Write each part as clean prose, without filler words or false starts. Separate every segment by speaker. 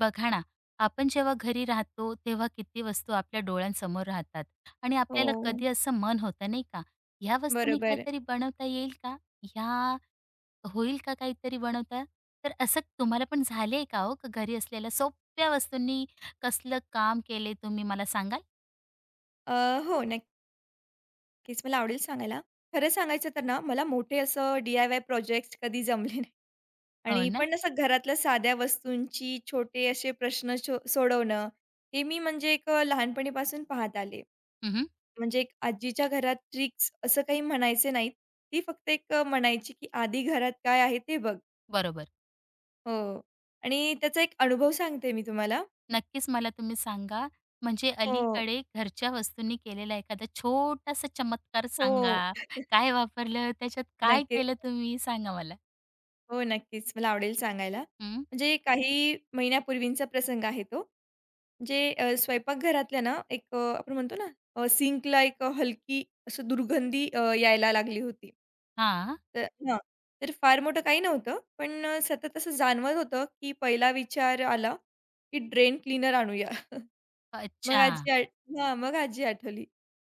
Speaker 1: बघा ना, आपण जेव्हा घरी राहतो, तेव्हा किती वस्तू आपल्या डोळ्यांसमोर राहतात आणि आपल्याला
Speaker 2: हो,
Speaker 1: कधी असं मन होतं नाही का, ह्या वस्तूंनी
Speaker 2: बरोबर.
Speaker 1: काहीतरी बनवता येईल का? ह्या होईल का काहीतरी बनवता? तर असं तुम्हाला पण झालंय का हो, का घरी असलेल्या सोप्या वस्तूंनी कसलं काम केले तुम्ही मला सांगाल?
Speaker 2: अ, हो, नक्कीच मला आवडेल सांगायला. खरं सांगायचं तर ना, मला मोठे असं डी-आय-वाय प्रोजेक्ट्स कधी जमले नाही
Speaker 1: हो
Speaker 2: आणि
Speaker 1: ना?
Speaker 2: पण असं घरातल्या साध्या वस्तूंची छोटे असे प्रश्न शो सोडवणं, हे मी म्हणजे एक लहानपणीपासून पाहत आले.
Speaker 1: हं,
Speaker 2: म्हणजे एक आजीच्या घरात ट्रिक्स असं काही म्हणायचे नाहीत. ती फक्त एक म्हणायची, की "आधी घरात काय आहे ते बघ."
Speaker 1: बरोबर.
Speaker 2: हो, आणि त्याचा एक अनुभव सांगते मी तुम्हाला.
Speaker 1: नक्कीच मला तुम्ही सांगा, म्हणजे
Speaker 2: हो,
Speaker 1: अलीकडे घरच्या वस्तूंनी केलेला एखादा छोटासा चमत्कार
Speaker 2: हो.
Speaker 1: सांगा? काय वापरलं? त्याच्यात काय
Speaker 2: नक्कीच.
Speaker 1: केलं तुम्ही? सांगा मला.
Speaker 2: हो, नक्कीच. मला आवडेल सांगायला.
Speaker 1: हं.
Speaker 2: म्हणजे काही महिन्यापूर्वींचा प्रसंग आहे तो. म्हणजे स्वयंपाकघरातल्या ना एक आपण म्हणतो ना सिंकला एक हलकी असं दुर्गंधी यायला लागली होती.
Speaker 1: हां.
Speaker 2: तर हां. तर फार मोठं काही नव्हतं. पण सतत असं जाणवत होतं, की पहिला विचार आला, की ड्रेन क्लीनर आणूया. मग
Speaker 1: अच्छा.
Speaker 2: आजी आठ हां, मग आजी आठवली.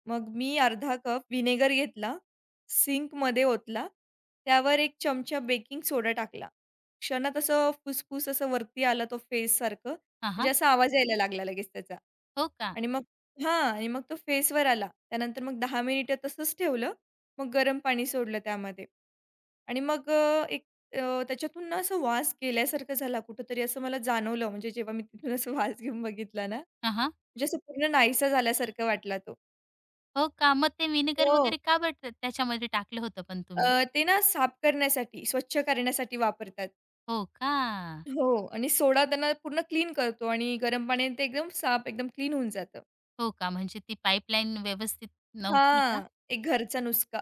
Speaker 2: मग मी अर्धा कप व्हिनेगर घेतला, सिंकमध्ये ओतला, त्यावर एक चमचा बेकिंग सोडा टाकला. क्षणात असं फुसफुस असं वरती आलं तो फेससारखं,
Speaker 1: हां,
Speaker 2: म्हणजे
Speaker 1: हां.
Speaker 2: असा आवाज यायला लागला लगेच त्याचा.
Speaker 1: हो का?
Speaker 2: आणि मग हां, आणि मग तो फेसवर आला. त्यानंतर मग 10 मिनिटं तसंच ठेवलं. मग गरम पाणी सोडलं त्यामध्ये आणि मग त्याच्यातून ना असं वास गेल्यासारखं झाला कुठेतरी असं मला जाणवलं म्हणजे जेव्हा मी तिथून असं वास घेऊन बघितला ना,
Speaker 1: हां, हां.
Speaker 2: म्हणजे असं पूर्ण नाहीसा झाल्यासारखा वाटला तो.
Speaker 1: हो का? मग ते व्हिनेगर
Speaker 2: हो.
Speaker 1: वगैरे का बरं त्या त्याच्यामध्ये टाकलं होतं पण तुम्ही?
Speaker 2: ते ना साफ करण्यासाठी, स्वच्छ करण्यासाठी वापरतात.
Speaker 1: हो का?
Speaker 2: हो, आणि सोडा त्यांना पूर्ण क्लीन करतो आणि गरम पाण्याने ते एकदम साफ, एकदम क्लीन होऊन जातं.
Speaker 1: हो का? म्हणजे ती पाईपलाईन व्यवस्थित नव्हती का?
Speaker 2: हां, एक घरचा नुसका.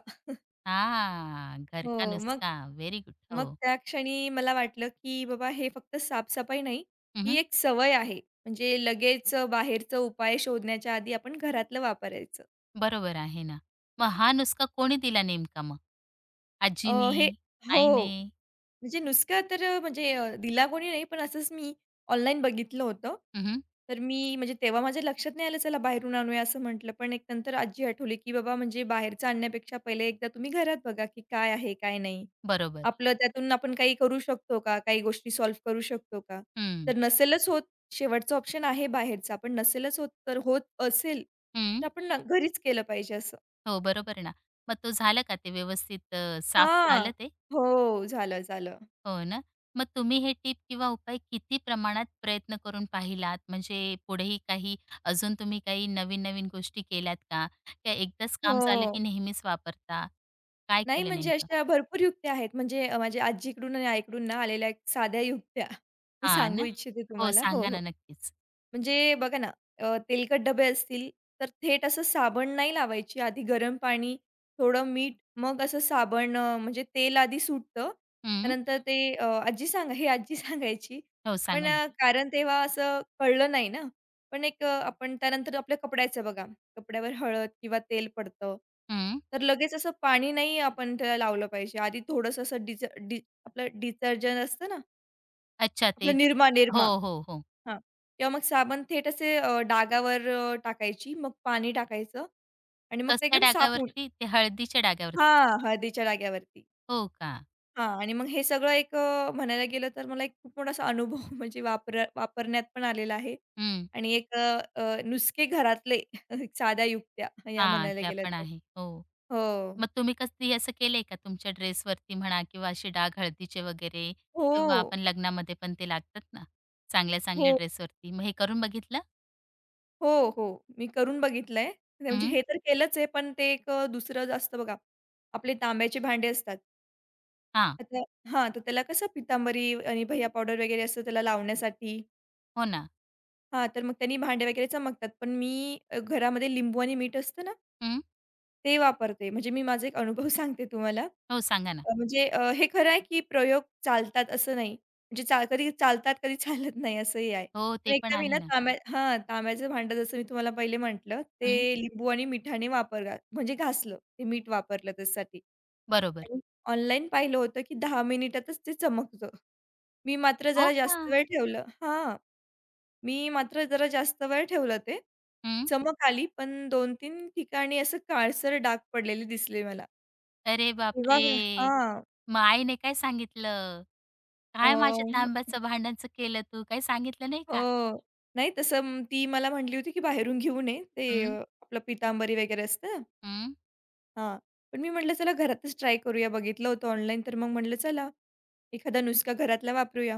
Speaker 1: हां. घर का
Speaker 2: हो, मग
Speaker 1: नुस्खा. Very good.
Speaker 2: मग
Speaker 1: हो.
Speaker 2: त्या क्षणी मला वाटलं, की बाबा हे फक्त साफ नाही,
Speaker 1: हं,
Speaker 2: ही
Speaker 1: हं.
Speaker 2: एक सवय आहे. म्हणजे लगेच उपाय शोधण्याच्या आधी आपण घरातलं वापरायचं.
Speaker 1: बरोबर आहे ना. मग हा नुसका कोणी दिला नेमका मग?
Speaker 2: अ,
Speaker 1: आजीने?
Speaker 2: हे हो.
Speaker 1: आईने?
Speaker 2: म्हणजे नुसकं तर म्हणजे दिला कोणी नाही, पण असंच मी ऑनलाईन बघितलं होतं.
Speaker 1: हं, हं.
Speaker 2: तर मी म्हणजे तेव्हा माझ्या लक्षात नाही आलं, चला बाहेरून आणूया असं म्हटलं. पण एक नंतर आजी आठवली, की "बाबा म्हणजे बाहेरचं आणण्यापेक्षा पहिले एकदा तुम्ही घरात बघा, की काय आहे, काय नाही.
Speaker 1: बरोबर.
Speaker 2: आपलं त्यातून आपण काही करू शकतो का? काही गोष्टी सॉल्व्ह करू शकतो का?
Speaker 1: हं.
Speaker 2: तर नसेलच होत, शेवटचा ऑप्शन आहे बाहेरचा, पण नसेलच होत, तर होत असेल, तर
Speaker 1: हं.
Speaker 2: आपण न घरीच केलं पाहिजे." असं.
Speaker 1: हो, बरोबर ना. मग तो झालं का ते व्यवस्थित साफ
Speaker 2: हां.
Speaker 1: झालं ते?
Speaker 2: हो. झालं, झालं.
Speaker 1: हो ना. मग तुम्ही हे टिप किंवा उपाय किती प्रमाणात प्रयत्न करून पाहिलात? म्हणजे पुढेही काही अजून तुम्ही काही नवीन-नवीन गोष्टी केल्यात का? का एकदाच काम झालं की
Speaker 2: हो.
Speaker 1: नेहमीच वापरता? काय
Speaker 2: नाही,
Speaker 1: केलं
Speaker 2: म्हणजे
Speaker 1: नेमकं?
Speaker 2: अशा भरपूर युक्त्या आहेत. म्हणजे माझ्या आजीकडून आणि आईकडून ना आलेल्या एक साध्या युक्त्या मी
Speaker 1: हां
Speaker 2: सांगू
Speaker 1: ना.
Speaker 2: इच्छिते
Speaker 1: हो,
Speaker 2: तुम्हाला. हो,
Speaker 1: सांगा
Speaker 2: हो.
Speaker 1: ना नक्कीच.
Speaker 2: म्हणजे बघा ना, तेलकट डबे असतील, तर थेट असं साबण नाही लावायची. आधी गरम पाणी, थोडं मीठ, मग असं साबण म्हणजे तेल आधी सुटतं.
Speaker 1: हं.
Speaker 2: त्यानंतर ते आजी सांगा हे आजी सांगायची.
Speaker 1: हो,
Speaker 2: पण
Speaker 1: सांगा ना.
Speaker 2: कारण तेव्हा असं कळलं नाही ना. पण एक आपण त्यानंतर आपल्या कपड्याचं बघा, कपड्यावर हळद किंवा तेल पडतं.
Speaker 1: हं.
Speaker 2: तर लगेच असं पाणी नाही आपण त्याला लावलं पाहिजे. आधी थोडंसं असं डिज डि आपलं डिटर्जंट असतं ना,
Speaker 1: अच्छा ते
Speaker 2: आपलं निरमा,
Speaker 1: हो,
Speaker 2: निरमा.
Speaker 1: हो, हो.
Speaker 2: हां. किंवा मग साबण थेट असे डागावर टाकायची, मग पाणी टाकायचं आणि मग ते
Speaker 1: कसल्या
Speaker 2: एकदम साफ होऊन
Speaker 1: डागावरती? ते हळदीच्या डागावरती का?
Speaker 2: हां, हळदीच्या डाग्यावरती.
Speaker 1: हो का?
Speaker 2: हां, आणि मग हे सगळं एक म्हणायला गेलं तर मला एक खूप मोठा असा अनुभव म्हणजे वापरण्यात पण आलेला आहे
Speaker 1: हं.
Speaker 2: आणि एक नुसके घरातले एक साध्या युक्त्या या
Speaker 1: हां,
Speaker 2: म्हणायला
Speaker 1: त्या
Speaker 2: गेल्या
Speaker 1: पण
Speaker 2: तर.
Speaker 1: आहे. हो.
Speaker 2: हो.
Speaker 1: मग तुम्ही कधी असं केलंय का तुमच्या ड्रेसवरती म्हणा किंवा असे डाग हळदीचे वगैरे
Speaker 2: हो.
Speaker 1: किंवा आपण लग्नामध्ये पण ते लागतात ना, चांगल्या चांगल्या
Speaker 2: हो,
Speaker 1: ड्रेसवरती. मग हे करून बघितलं?
Speaker 2: हो, हो. मी करून बघितलंय. ते म्हणजे
Speaker 1: हं.
Speaker 2: हे तर केलंच आहे, पण ते एक दुसरं असतं बघा, आपले तांब्याचे भांडे असतात.
Speaker 1: हां.
Speaker 2: आता हां, तर त्याला कसं पितांबरी आणि भैय्या पावडर वगैरे असतं त्याला लावण्यासाठी.
Speaker 1: हो ना.
Speaker 2: हां, तर मग त्यांनी भांडे वगैरे चमकतात. पण मी घरामध्ये लिंबू आणि मीठ असतं ना
Speaker 1: हं.
Speaker 2: ते वापरते. म्हणजे मी माझा एक अनुभव सांगते तुम्हाला.
Speaker 1: हो, सांगा ना.
Speaker 2: म्हणजे हे खरं आहे की प्रयोग चालतात असं नाही. म्हणजे कधी चालतात, कधी चालत नाही असंही आहे.
Speaker 1: हो,
Speaker 2: पण
Speaker 1: ते पण
Speaker 2: एकदा मी
Speaker 1: आहे
Speaker 2: ना
Speaker 1: ना.
Speaker 2: हां, तांब्याचं भांडं जसं मी तुम्हाला पहिले म्हटलं,
Speaker 1: हं.
Speaker 2: ते लिंबू आणि मिठाने वापर घा म्हणजे घासलं. ते मीठ वापरलं त्याच्यासाठी
Speaker 1: बरोबर.
Speaker 2: आणि ऑनलाईन पाहिलं होतं की 10 मिनिटातच ते चमकतं. मी मात्र
Speaker 1: हो
Speaker 2: जरा
Speaker 1: का?
Speaker 2: जास्त वेळ ठेवलं हां. मी मात्र जरा जास्त वेळ ठेवलं ते.
Speaker 1: हं.
Speaker 2: चमक आली, पण 2-3 ठिकाणी असं काळसर डाग पडलेले दिसले मला.
Speaker 1: अरे
Speaker 2: तेव्हा
Speaker 1: बापरे!
Speaker 2: हां.
Speaker 1: मग आईने काय सांगितलं? "काय
Speaker 2: अ,
Speaker 1: माझ्या तांब्याचं भांड्यांचं केलं तू?" काही सांगितलं नाही का?
Speaker 2: हो. नाही तसं ती मला म्हटली होती, की बाहेरून घेऊ नये. ते
Speaker 1: हं,
Speaker 2: आपलं पितांबरी वगैरे असतं ना,
Speaker 1: हं.
Speaker 2: हां. पण मी म्हटलं चला घरातच ट्राय करूया. बघितलं होतं ऑनलाईन तर मग म्हटलं चला, एखादा नुसका घरातला वापरूया.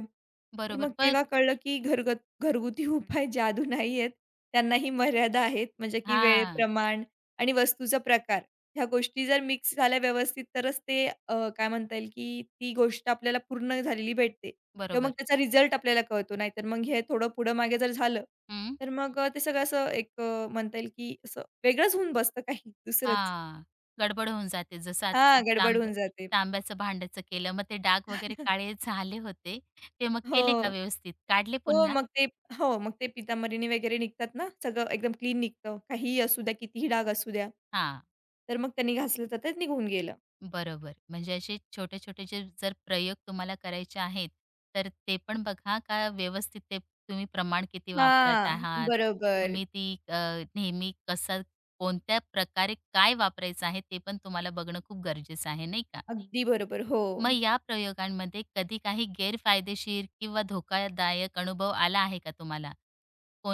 Speaker 2: तर
Speaker 1: बरोबर.
Speaker 2: मग
Speaker 1: पण
Speaker 2: तेव्हा कळलं की घरगुती उपाय जादू नाहीयेत. त्यांनाही मर्यादा आहेत. म्हणजे की वेळ,
Speaker 1: हां.
Speaker 2: प्रमाण आणि वस्तूचा प्रकार ह्या गोष्टी जर मिक्स झाल्या व्यवस्थित तरच ते काय म्हणता येईल की ती गोष्ट आपल्याला पूर्ण झालेली भेटते किंवा मग
Speaker 1: बरोबर.
Speaker 2: त्याचा रिझल्ट आपल्याला कळतो. नाहीतर मग हे थोडं पुढं-मागे जर झालं,
Speaker 1: हं.
Speaker 2: तर मग ते सगळं असं एक म्हणता येईल की असं वेगळंच होऊन बसतं काही दुसरंच.
Speaker 1: हां, गडबड होऊन जाते. जसं आता ते
Speaker 2: हां, गडबड
Speaker 1: तांब्या
Speaker 2: होऊन जाते.
Speaker 1: तांब्याचं भांड्याचं केलं, मग ते डाग वगैरे काळे झाले होते. ते मग केले का
Speaker 2: हो,
Speaker 1: व्यवस्थित? काढले
Speaker 2: हो.
Speaker 1: पुन्हा?
Speaker 2: मग ते हो, मग ते पितांबरीनी वगैरे निघतात ना, सगळं एकदम क्लीन निघतं. काहीही असू द्या, कितीही डाग असू द्या.
Speaker 1: हां,
Speaker 2: तर मग त्यांनी घासलं तर ते निघून गेलं.
Speaker 1: बरोबर. म्हणजे असे छोटे-छोटे जे जर प्रयोग तुम्हाला करायचे आहेत, तर ते पण बघा का व्यवस्थित ते तुम्ही प्रमाण किती वापरत
Speaker 2: हां,
Speaker 1: आहात.
Speaker 2: बरोबर.
Speaker 1: तुम्ही ती नेहमी कसा कोणत्या प्रकारे काय वापरायचं आहे, ते पण तुम्हाला बघणं खूप गरजेचं आहे, नाही का?
Speaker 2: अगदी बरोबर. हो.
Speaker 1: मग या प्रयोगांमध्ये कधी काही गैरफायदेशीर किंवा धोकादायक अनुभव आला आहे का तुम्हाला?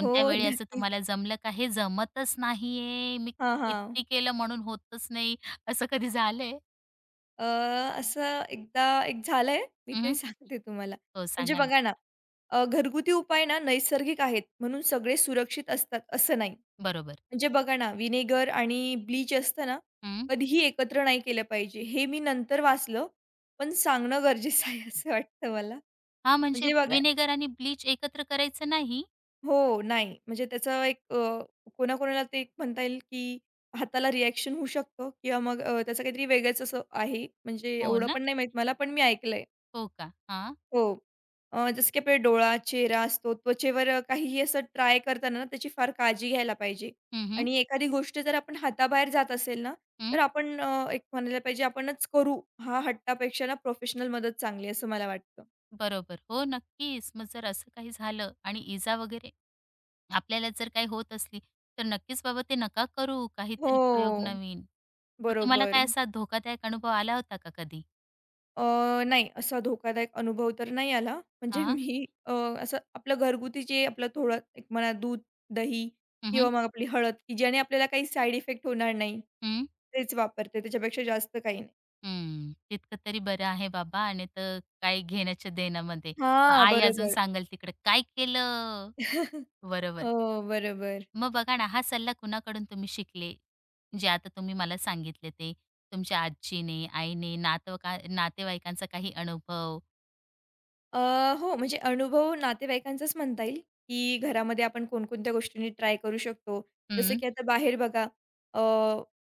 Speaker 2: हो,
Speaker 1: वेळी असं
Speaker 2: नक्कीच.
Speaker 1: तुम्हाला जमलं का हे जमतच नाहीये, मी
Speaker 2: हां, हां.
Speaker 1: किती केलं म्हणून होतच नाही, असं कधी झालंय?
Speaker 2: अ, असं एकदा एक झालंय, मी
Speaker 1: हं,
Speaker 2: ते
Speaker 1: हं.
Speaker 2: सांगते तुम्हाला.
Speaker 1: हो,
Speaker 2: म्हणजे
Speaker 1: सांगा ना.
Speaker 2: बघा ना, घरगुती उपाय ना नैसर्गिक आहेत म्हणून सगळे सुरक्षित असतात असं नाही.
Speaker 1: बरोबर.
Speaker 2: म्हणजे बघा ना, व्हिनेगर आणि ब्लीच असतं ना,
Speaker 1: हं.
Speaker 2: कधीही एकत्र नाही केलं पाहिजे. हे मी नंतर वाचलं, पण सांगणं गरजेचं आहे असं वाटतं मला.
Speaker 1: हां, म्हणजे
Speaker 2: म्हणजे बघा
Speaker 1: व्हिनेगर आणि ब्लीच एकत्र करायचं नाही?
Speaker 2: हो, नाही. म्हणजे त्याचं एक कोणाकोणाला ते एक म्हणता येईल, की हाताला रिएक्शन होऊ शकतं किंवा मग त्याचं काहीतरी वेगळंच असं आहे. म्हणजे
Speaker 1: हो
Speaker 2: एवढं
Speaker 1: ना?
Speaker 2: पण नाही माहीत मला, पण मी ऐकलंय.
Speaker 1: हो का? हां.
Speaker 2: हो. जसं की आपला डोळा, चेहरा असतो, त्वचेवर काहीही असं ट्राय करताना ना, त्याची फार काळजी घ्यायला पाहिजे.
Speaker 1: हं,
Speaker 2: आणि एखादी गोष्ट जर आपण हाताबाहेर जात असेल ना,
Speaker 1: हं.
Speaker 2: तर आपण एक म्हणायला पाहिजे आपणच करू. हा हट्टापेक्षा ना, प्रोफेशनल मदत चांगली असं मला वाटतं.
Speaker 1: बरोबर. हो, नक्कीच. मग जर असं काही झालं आणि इजा वगैरे? आपल्याला जर काही होत असली, तर नक्कीच बाबा ते नका करू. काहीतरी प्रयोग
Speaker 2: हो.
Speaker 1: नवीन. मग तुम्हाला
Speaker 2: बरोबर.
Speaker 1: काय असा धोकादायक अनुभव आला होता का कधी?
Speaker 2: नाही असा धोकादायक अनुभव तर नाही आला. म्हणजे
Speaker 1: हां.
Speaker 2: मी असं आपलं घरगुती जे आपलं थोडं एक म्हणा दूध, दही
Speaker 1: हं, हं.
Speaker 2: किंवा मग आपली हळद, की ज्याने आपल्याला काही साइड इफेक्ट होणार नाही.
Speaker 1: हं.
Speaker 2: तेच वापरते त्याच्यापेक्षा जास्त काही नाही.
Speaker 1: तितकं तरी बरं आहे बाबा आणि तर काही घेण्याच्या देण्यामध्ये. मग
Speaker 2: हां,
Speaker 1: आई अजून
Speaker 2: बरोबर.
Speaker 1: सांगेल तिकडे, "काय केलं?" बरोबर.
Speaker 2: हो, बरोबर.
Speaker 1: मग बघा ना, हा सल्ला कुणाकडून तुम्ही शिकले? जे आता तुम्ही मला सांगितले ते. तुमच्या आजीने, आईने, नातवका नातेवाईकांचा काही अनुभव?
Speaker 2: अ, हो, म्हणजे अनुभव नातेवाईकांचाच म्हणता येईल, की घरामध्ये आपण कोणकोणत्या गोष्टींनी ट्राय करू शकतो. जसं
Speaker 1: हं.
Speaker 2: की आता बाहेर बघा अ,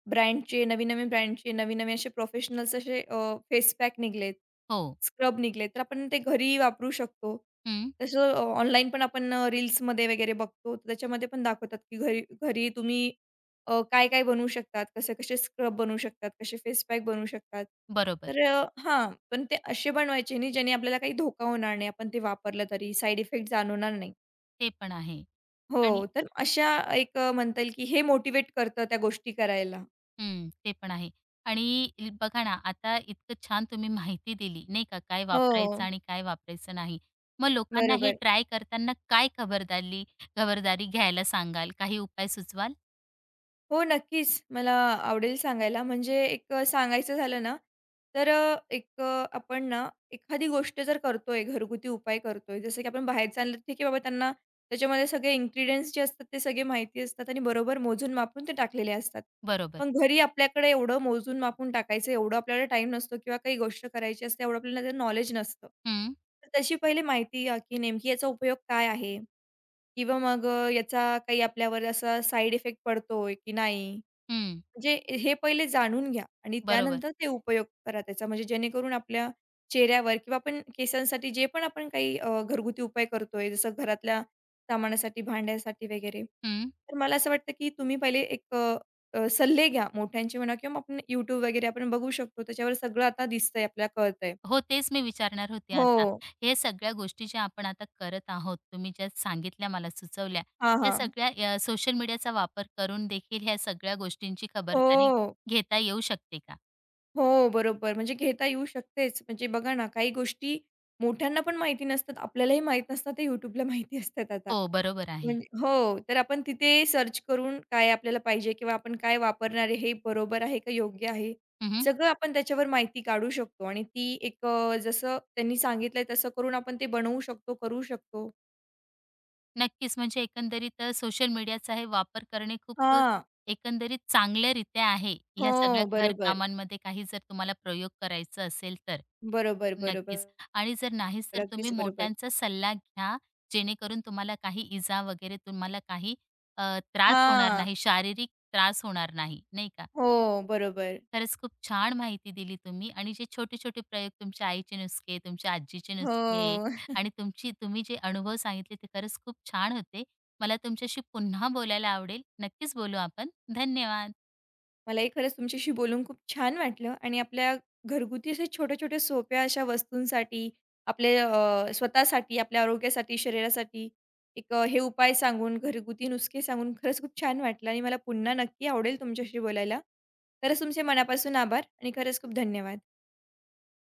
Speaker 2: ब्रँडचे, नवीन-नवीन ब्रँडचे, नवीन-नवीन असे प्रोफेशनल्स असे फेस पॅक निघालेत,
Speaker 1: हो.
Speaker 2: स्क्रब निघालेत, तर आपण ते घरी वापरू शकतो.
Speaker 1: हं.
Speaker 2: तसं ऑनलाईन पण आपण रील्समध्ये वगैरे बघतो, तर त्याच्यामध्ये पण दाखवतात, की घरी घरी तुम्ही काय-काय बनवू शकतात, कसे-कसे स्क्रब बनवू शकतात, कसे फेस पॅक बनवू शकतात.
Speaker 1: बरोबर.
Speaker 2: तर हां, पण ते असे बनवायचे नाही ज्याने आपल्याला काही धोका होणार नाही. आपण ते वापरलं तरी साइड इफेक्ट जाणवणार नाही.
Speaker 1: ते पण आहे
Speaker 2: हो,
Speaker 1: आणि
Speaker 2: तर अशा एक म्हणता येईल की हे मोटिवेट करतं त्या गोष्टी करायला.
Speaker 1: हं, ते पण आहे. आणि ल बघा ना, आता इतकं छान तुम्ही माहिती दिली, नाही का, काय वापरायचं
Speaker 2: हो,
Speaker 1: आणि काय वापरायचं नाही. मग लोकांना हे
Speaker 2: बरोबर.
Speaker 1: ट्राय करताना काय खबरदारी खबरदारी घ्यायला सांगाल? काही उपाय सुचवाल?
Speaker 2: हो, नक्कीच. मला आवडेल सांगायला. म्हणजे एक सांगायचं झालं ना, तर एक आपण ना एखादी गोष्ट जर करतोय, घरगुती उपाय करतोय, जसं की आपण बाहेर चाललं ठीक आहे बाबा त्यांना त्याच्यामध्ये सगळे इन्ग्रीडियंट्स जे असतात ते सगळे माहिती असतात आणि बरोबर मोजून-मापून ते टाकलेले असतात.
Speaker 1: बरोबर.
Speaker 2: पण घरी आपल्याकडे एवढं मोजून-मापून टाकायचं, एवढं आपल्याला टाईम नसतो किंवा काही गोष्ट करायची असते, एवढं आपल्याला नॉलेज नसतं.
Speaker 1: हं,
Speaker 2: तर तशी पहिले माहिती घ्या, की नेमकी याचा उपयोग काय आहे? किंवा मग याचा काही आपल्यावर असा साइड इफेक्ट पडतोय की नाही?
Speaker 1: हं.
Speaker 2: म्हणजे हे पहिले जाणून घ्या आणि
Speaker 1: बरोबर.
Speaker 2: त्यानंतर ते उपयोग करा त्याचा. म्हणजे जेणेकरून आपल्या चेहऱ्यावर किंवा आपण केसांसाठी जे पण आपण काही घरगुती उपाय करतोय, जसं घरातल्या सामानासाठी, भांड्यासाठी वगैरे.
Speaker 1: हं.
Speaker 2: तर मला असं वाटतं, की तुम्ही पहिले एक सल्ले घ्या मोठ्यांचे म्हणा किंवा मग आपण YouTube वगैरे आपण बघू शकतो. त्याच्यावर सगळं आता दिसतंय, आपल्याला कळतंय.
Speaker 1: हो, तेच मी विचारणार होते
Speaker 2: हो.
Speaker 1: आता. हे सगळ्या गोष्टी ज्या आपण आता करत आहोत, तुम्ही ज्या सांगितल्या मला सुचवल्या,
Speaker 2: हां,
Speaker 1: या
Speaker 2: हां.
Speaker 1: सगळ्या सोशल मीडियाचा वापर करून देखील ह्या सगळ्या गोष्टींची खबरदारी
Speaker 2: हो.
Speaker 1: घेता येऊ शकते का?
Speaker 2: हो, बरोबर. म्हणजे घेता येऊ शकतेच. म्हणजे बघा ना, काही गोष्टी मोठ्यांना पण माहिती नसतात, आपल्यालाही माहीत नसतात, ते YouTubeला माहिती असतात आता.
Speaker 1: हो, बरोबर आहे.
Speaker 2: म्हणजे हो, तर आपण तिथे सर्च करून काय आपल्याला पाहिजे किंवा आपण काय वापरणार आहे, हे बरोबर आहे का योग्य आहे,
Speaker 1: हं,
Speaker 2: सगळं आपण त्याच्यावर माहिती काढू शकतो आणि ती एक जसं त्यांनी सांगितलंय तसं करून आपण ते बनवू शकतो, करू शकतो.
Speaker 1: नक्कीच. म्हणजे एकंदरीत सोशल मीडियाचा हे वापर करणे खूप
Speaker 2: हां.
Speaker 1: एकंदरीत चांगल्यारीत्या आहे. ह्या
Speaker 2: हो,
Speaker 1: सगळ्या
Speaker 2: बरोबर.
Speaker 1: घरकामांमध्ये काही जर तुम्हाला प्रयोग करायचा असेल तर.
Speaker 2: बरोबर, बरोबर.
Speaker 1: नक्कीच. आणि जर नाहीच तर तुम्ही
Speaker 2: अगदीच बरोबर.
Speaker 1: मोठ्यांचा सल्ला घ्या, जेणेकरून तुम्हाला काही इजा वगैरे तुम्हाला काही अ, त्रास होणार
Speaker 2: हां.
Speaker 1: नाही, शारीरिक त्रास होणार नाही, नाही का?
Speaker 2: हो, बरोबर.
Speaker 1: खरंच खूप छान माहिती दिली तुम्ही आणि जे छोटे-छोटे प्रयोग तुमच्या आईचे नुसके, तुमच्या आजीचे नुसके
Speaker 2: हो.
Speaker 1: आणि तुमची तुम्ही जे अनुभव सांगितले ते खरंच खूप छान होते. मला तुमच्याशी पुन्हा बोलायला आवडेल. नक्कीच बोलू आपण. धन्यवाद.
Speaker 2: मलाही खरंच तुमच्याशी बोलून खूप छान वाटलं आणि आपल्या घरगुती अशा छोट्या-छोट्या सोप्या अशा वस्तूंसाठी, आपले स्वतःसाठी, आपल्या आरोग्यासाठी, शरीरासाठी एक हे उपाय सांगून, घरगुती नुसके सांगून खरंच खूप छान वाटलं आणि मला पुन्हा नक्की आवडेल तुमच्याशी बोलायला. खरंच तुमचे मनापासून आभार आणि खरंच खूप धन्यवाद.